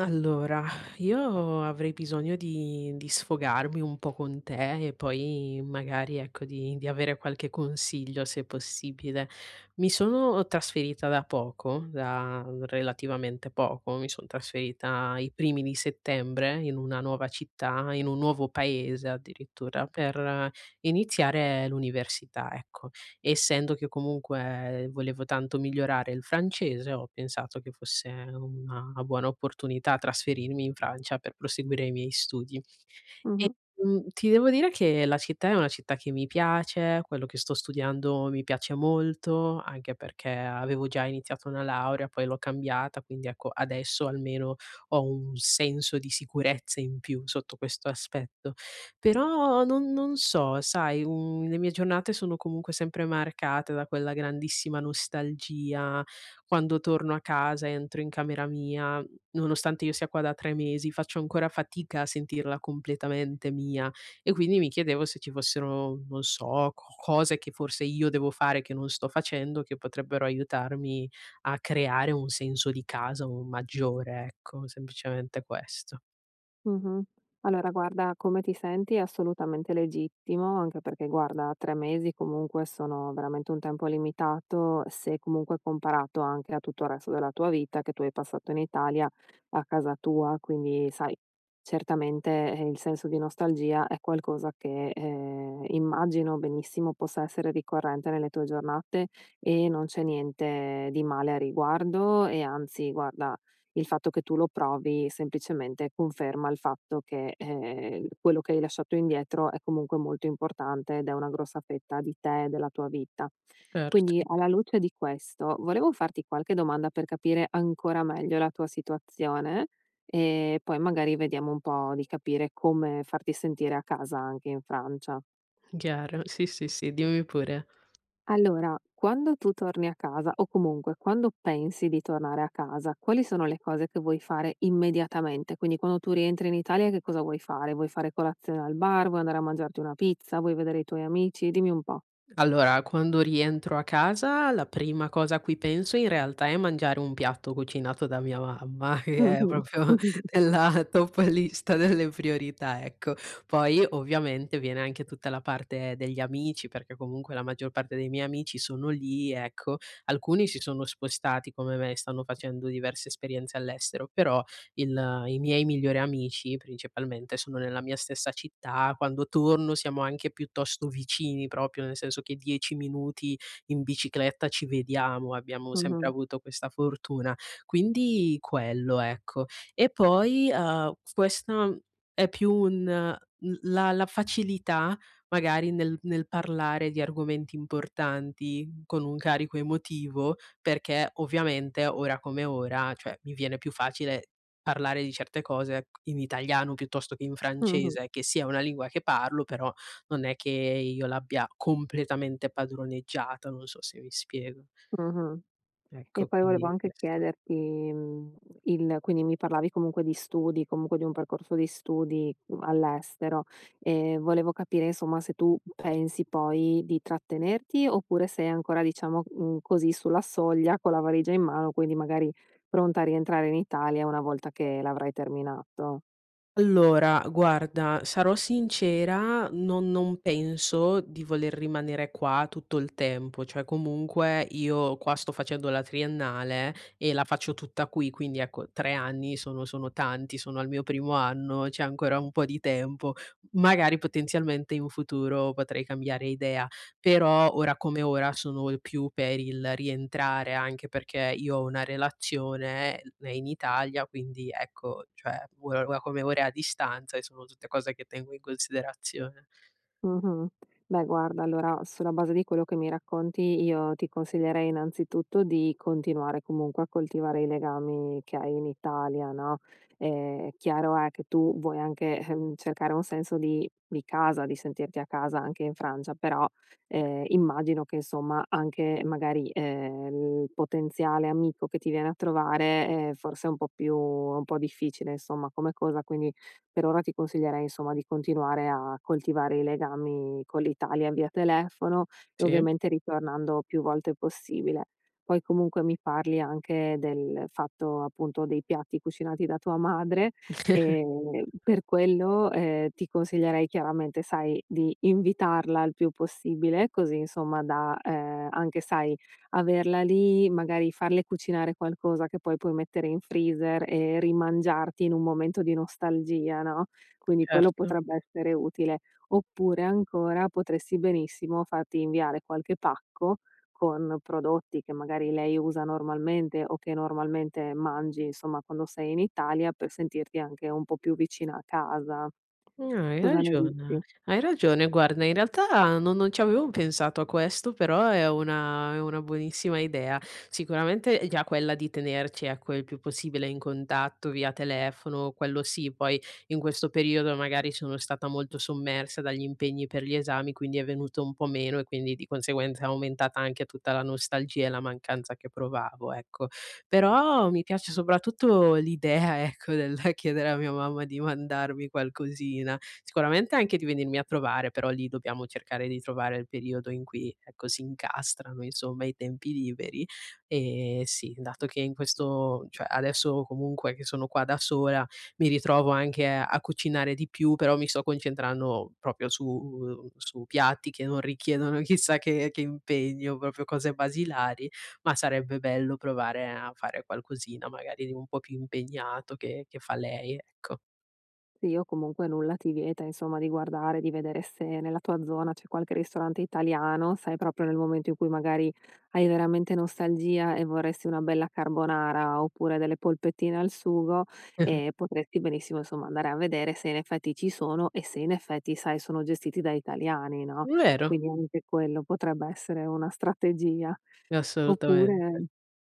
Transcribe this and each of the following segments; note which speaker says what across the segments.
Speaker 1: Allora, io avrei bisogno di sfogarmi un po' con te e poi magari, ecco, di avere qualche consiglio se possibile. Mi sono trasferita da poco, da relativamente poco, mi son trasferita i primi di settembre in una nuova città, in un nuovo paese addirittura, per iniziare l'università, ecco essendo che comunque volevo tanto migliorare il francese, ho pensato che fosse una buona opportunità trasferirmi in Francia per proseguire i miei studi. E,
Speaker 2: Mh-mh,
Speaker 1: Ti devo dire che la città è una città che mi piace, quello che sto studiando mi piace molto, anche perché avevo già iniziato una laurea, poi l'ho cambiata, quindi ecco, adesso almeno ho un senso di sicurezza in più sotto questo aspetto. Però non so, sai, le mie giornate sono comunque sempre marcate da quella grandissima nostalgia. Quando torno a casa, entro in camera mia, nonostante io sia qua da 3 mesi, faccio ancora fatica a sentirla completamente mia e quindi mi chiedevo se ci fossero, non so, co cose che forse io devo fare che non sto facendo, che potrebbero aiutarmi a creare un senso di casa, un maggiore, ecco, semplicemente questo.
Speaker 2: mh-mh. Allora guarda, come ti senti è assolutamente legittimo, anche perché guarda, 3 mesi comunque sono veramente un tempo limitato, se comunque comparato anche a tutto il resto della tua vita che tu hai passato in Italia, a casa tua, quindi sai, certamente, il senso di nostalgia è qualcosa che, immagino benissimo possa essere ricorrente nelle tue giornate e non c'è niente di male a riguardo e anzi guarda, il fatto che tu lo provi semplicemente conferma il fatto che, quello che hai lasciato indietro è comunque molto importante ed è una grossa fetta di te e della tua vita.
Speaker 1: Certo.
Speaker 2: Quindi alla luce di questo, volevo farti qualche domanda per capire ancora meglio la tua situazione e poi magari vediamo un po' di capire come farti sentire a casa anche in Francia.
Speaker 1: Chiaro, sì, sì, sì, dimmi pure.
Speaker 2: Allora, quando tu torni a casa o comunque quando pensi di tornare a casa, quali sono le cose che vuoi fare immediatamente? Quindi quando tu rientri in Italia che cosa vuoi fare? Vuoi fare colazione al bar? Vuoi andare a mangiarti una pizza? Vuoi vedere i tuoi amici? Dimmi un po'.
Speaker 1: Allora, quando rientro a casa, la prima cosa a cui penso in realtà è mangiare un piatto cucinato da mia mamma, che è
Speaker 2: Mh-mh.
Speaker 1: proprio
Speaker 2: Mh-mh.
Speaker 1: nella top lista delle priorità, ecco. Poi ovviamente viene anche tutta la parte degli amici, perché comunque la maggior parte dei miei amici sono lì, ecco. Alcuni si sono spostati come me, stanno facendo diverse esperienze all'estero, però il i miei migliori amici principalmente sono nella mia stessa città, quando torno siamo anche piuttosto vicini, proprio nel senso che 10 minuti in bicicletta ci vediamo, abbiamo sempre
Speaker 2: Mh-mh.
Speaker 1: avuto questa fortuna. Quindi quello, ecco. E poi, questa è più un l la facilità magari nel parlare di argomenti importanti con un carico emotivo, perché ovviamente ora come ora, cioè mi viene più facile parlare di certe cose in italiano piuttosto che in
Speaker 2: Mh-mh.
Speaker 1: francese, che sì è una lingua che parlo, però non è che io l'abbia completamente padroneggiata, non so se mi spiego.
Speaker 2: Mh-mh. E
Speaker 1: Ecco,
Speaker 2: poi volevo
Speaker 1: quindi
Speaker 2: anche
Speaker 1: questo.
Speaker 2: chiederti, il quindi mi parlavi comunque di studi, comunque di un percorso di studi, all'estero, e volevo capire insomma se tu pensi poi di trattenerti oppure sei ancora diciamo, così sulla soglia con la valigia in mano, quindi magari pronta a rientrare in Italia una volta che l'avrai terminato.
Speaker 1: Allora, guarda, sarò sincera, non penso di voler rimanere qua tutto il tempo, cioè comunque io qua sto facendo la triennale e la faccio tutta qui, quindi ecco 3 anni sono tanti, sono al mio primo anno, c'è ancora un po' di tempo. Magari potenzialmente in futuro potrei cambiare idea. Però ora come ora sono più per il rientrare, anche perché io ho una relazione n in Italia, quindi ecco, cioè ora come ora è a distanza e sono tutte cose che tengo in considerazione.
Speaker 2: Mh-mh. Beh guarda, allora sulla base di quello che mi racconti io ti consiglierei innanzitutto di continuare comunque a coltivare i legami che hai in Italia, no, è chiaro è che tu vuoi anche, cercare un senso di casa, di sentirti a casa anche in Francia, però, immagino che insomma anche magari, il potenziale amico che ti viene a trovare, forse è un po' più un po' difficile insomma come cosa, quindi per ora ti consiglierei insomma di continuare a coltivare i legami con l'Italia via telefono e
Speaker 1: Sì,
Speaker 2: ovviamente ritornando più volte possibile. Poi comunque mi parli anche del fatto appunto dei piatti cucinati da tua madre e per quello ti consiglierei chiaramente, sai, di invitarla il più possibile, così insomma da anche, sai, averla lì, magari farle cucinare qualcosa che poi puoi mettere in freezer e rimangiarti in un momento di nostalgia, no, quindi quello
Speaker 1: certo.
Speaker 2: potrebbe essere utile. Oppure ancora potresti benissimo farti inviare qualche pacco con prodotti che magari lei usa normalmente o che normalmente mangi, insomma, quando sei in Italia per sentirti anche un po' più vicina a casa.
Speaker 1: No, hai
Speaker 2: Cosa ne
Speaker 1: ragione,
Speaker 2: dici?
Speaker 1: hai ragione. Guarda, in realtà non ci avevo pensato a questo, però è una buonissima idea. Sicuramente è già quella di tenerci, ecco, il più possibile in contatto via telefono, quello sì, poi in questo periodo magari sono stata molto sommersa dagli impegni per gli esami, quindi è venuto un po' meno e quindi di conseguenza è aumentata anche tutta la nostalgia e la mancanza che provavo, ecco. Però mi piace soprattutto l'idea, ecco, del chiedere a mia mamma di mandarmi qualcosina. Sicuramente anche di venirmi a trovare, però lì dobbiamo cercare di trovare il periodo in cui, ecco, si incastrano, insomma, i tempi liberi. Sì, dato che in questo cioè adesso comunque che sono qua da sola, mi ritrovo anche a cucinare di più, però mi sto concentrando proprio su piatti che non richiedono chissà che impegno, proprio cose basilari, ma sarebbe bello provare a fare qualcosina magari di un po' più impegnato che fa lei, ecco.
Speaker 2: Sì, o comunque nulla ti vieta, insomma, di guardare, di vedere se nella tua zona c'è qualche ristorante italiano, sai, proprio nel momento in cui magari hai veramente nostalgia e vorresti una bella carbonara oppure delle polpettine al sugo, e potresti benissimo, insomma, andare a vedere se in effetti ci sono e se in effetti, sai, sono gestiti da italiani, no,
Speaker 1: Vero,
Speaker 2: quindi anche quello potrebbe essere una strategia.
Speaker 1: assolutamente.
Speaker 2: Oppure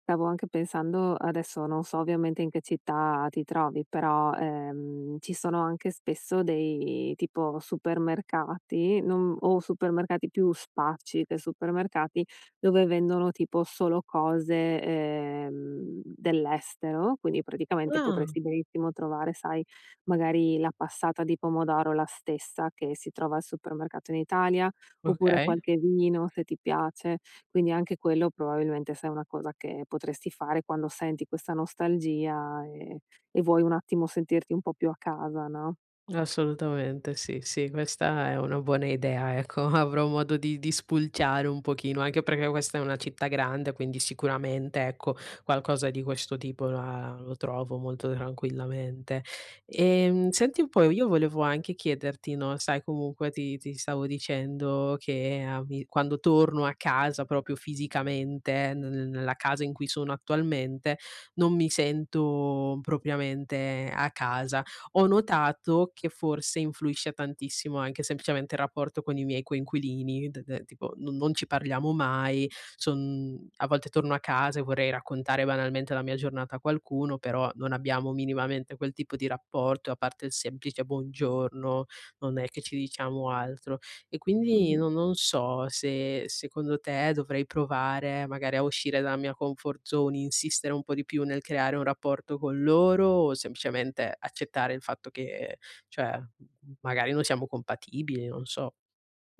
Speaker 2: stavo anche pensando adesso non so ovviamente in che città ti trovi, però, ci sono anche spesso dei tipo supermercati, non o supermercati più spacci che supermercati, dove vendono tipo solo cose, dell'estero, quindi praticamente
Speaker 1: Ah,
Speaker 2: potresti benissimo trovare, sai, magari la passata di pomodoro, la stessa che si trova al supermercato in Italia, oppure
Speaker 1: okay.
Speaker 2: qualche vino se ti piace. Quindi anche quello probabilmente sai è una cosa che potresti fare quando senti questa nostalgia e vuoi un attimo sentirti un po' più a casa, no,
Speaker 1: Assolutamente, sì, sì, questa è una buona idea, ecco, avrò modo di spulciare un pochino, anche perché questa è una città grande, quindi sicuramente, ecco, qualcosa di questo tipo la lo trovo molto tranquillamente. Senti un po', io volevo anche chiederti, no, sai comunque ti stavo dicendo che a mi quando torno a casa proprio fisicamente, nella casa in cui sono attualmente, non mi sento propriamente a casa, ho notato che forse influisce tantissimo anche semplicemente il rapporto con i miei coinquilini, d d tipo non ci parliamo mai, son a volte torno a casa e vorrei raccontare banalmente la mia giornata a qualcuno, però non abbiamo minimamente quel tipo di rapporto, a parte il semplice buongiorno, non è che ci diciamo altro. E quindi
Speaker 2: mh-mh.
Speaker 1: non so se secondo te dovrei provare magari a uscire dalla mia comfort zone, insistere un po' di più nel creare un rapporto con loro o semplicemente accettare il fatto che cioè, magari non siamo compatibili, non so.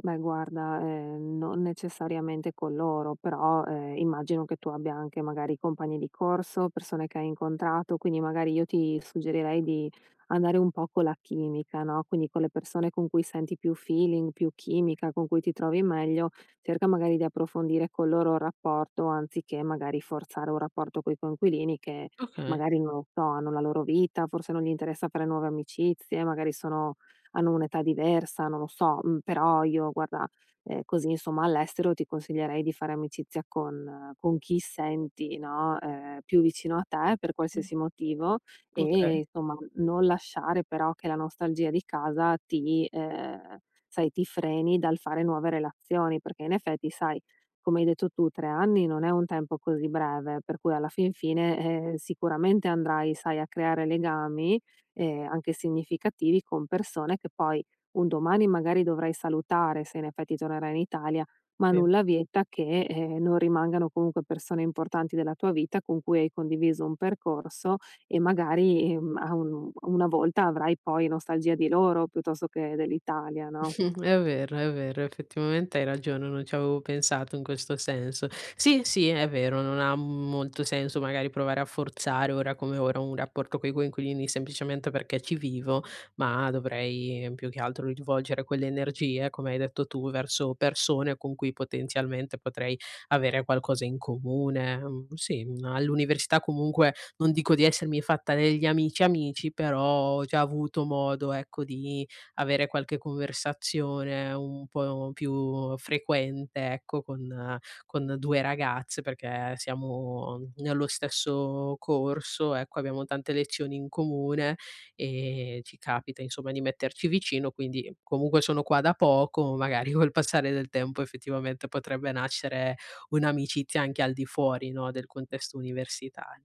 Speaker 2: Beh guarda, non necessariamente con loro, però, immagino che tu abbia anche magari compagni di corso, persone che hai incontrato, quindi magari io ti suggerirei di andare un po' con la chimica, no, quindi con le persone con cui senti più feeling, più chimica, con cui ti trovi meglio, cerca magari di approfondire con loro il rapporto, anziché magari forzare un rapporto coi coinquilini che
Speaker 1: Okay,
Speaker 2: magari, non lo so, hanno la loro vita, forse non gli interessa fare nuove amicizie, magari sono hanno un'età diversa, non lo so, però io guarda, così insomma all'estero ti consiglierei di fare amicizia con chi senti, no, più vicino a te per
Speaker 1: mh.
Speaker 2: qualsiasi motivo e
Speaker 1: Okay,
Speaker 2: insomma non lasciare però che la nostalgia di casa ti sai, ti freni dal fare nuove relazioni, perché in effetti sai, come hai detto tu, 3 anni non è un tempo così breve, per cui alla fin fine, sicuramente andrai, sai, a creare legami anche significativi con persone che poi un domani magari dovrai salutare se in effetti tornerai in Italia, ma
Speaker 1: sì.
Speaker 2: nulla vieta che, non rimangano comunque persone importanti della tua vita con cui hai condiviso un percorso e magari, a un una volta avrai poi nostalgia di loro piuttosto che dell'Italia, no?
Speaker 1: È è vero, effettivamente hai ragione, non ci avevo pensato in questo senso. Sì, sì, è vero, non ha molto senso magari provare a forzare ora come ora un rapporto coi coinquilini semplicemente perché ci vivo, ma dovrei più che altro rivolgere quelle energie, come hai detto tu, verso persone con cui potenzialmente potrei avere qualcosa in comune. Mm, sì, all'università comunque non dico di essermi fatta degli amici amici, però ho già avuto modo, ecco, di avere qualche conversazione un po' più frequente, ecco, con 2 ragazze, perché siamo nello stesso corso, ecco, abbiamo tante lezioni in comune e ci capita insomma di metterci vicino, quindi comunque sono qua da poco, magari col passare del tempo effettivamente potrebbe nascere un'amicizia anche al di fuori, no, del contesto universitario.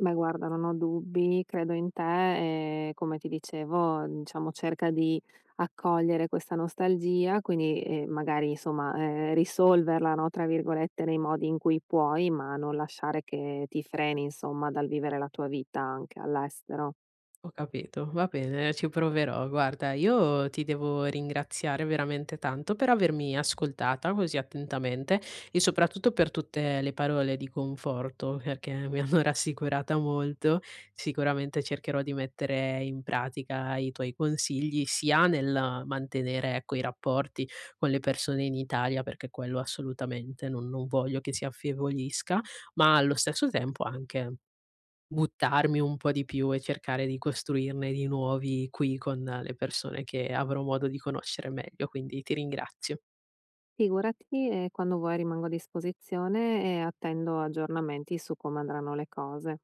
Speaker 2: Beh guarda, non ho dubbi, credo in te e come ti dicevo, diciamo cerca di accogliere questa nostalgia, quindi, magari insomma, "risolverla", no, tra virgolette, nei modi in cui puoi, ma non lasciare che ti freni insomma dal vivere la tua vita anche all'estero.
Speaker 1: Ho capito, va bene, ci proverò. Guarda, io ti devo ringraziare veramente tanto per avermi ascoltata così attentamente e soprattutto per tutte le parole di conforto, perché mi hanno rassicurata molto. Sicuramente cercherò di mettere in pratica i tuoi consigli, sia nel mantenere, ecco, i rapporti con le persone in Italia, perché quello assolutamente non, non voglio che si affievolisca, ma allo stesso tempo anche buttarmi un po' di più e cercare di costruirne di nuovi qui con le persone che avrò modo di conoscere meglio, quindi ti ringrazio.
Speaker 2: Figurati e quando vuoi rimango a disposizione e attendo aggiornamenti su come andranno le cose.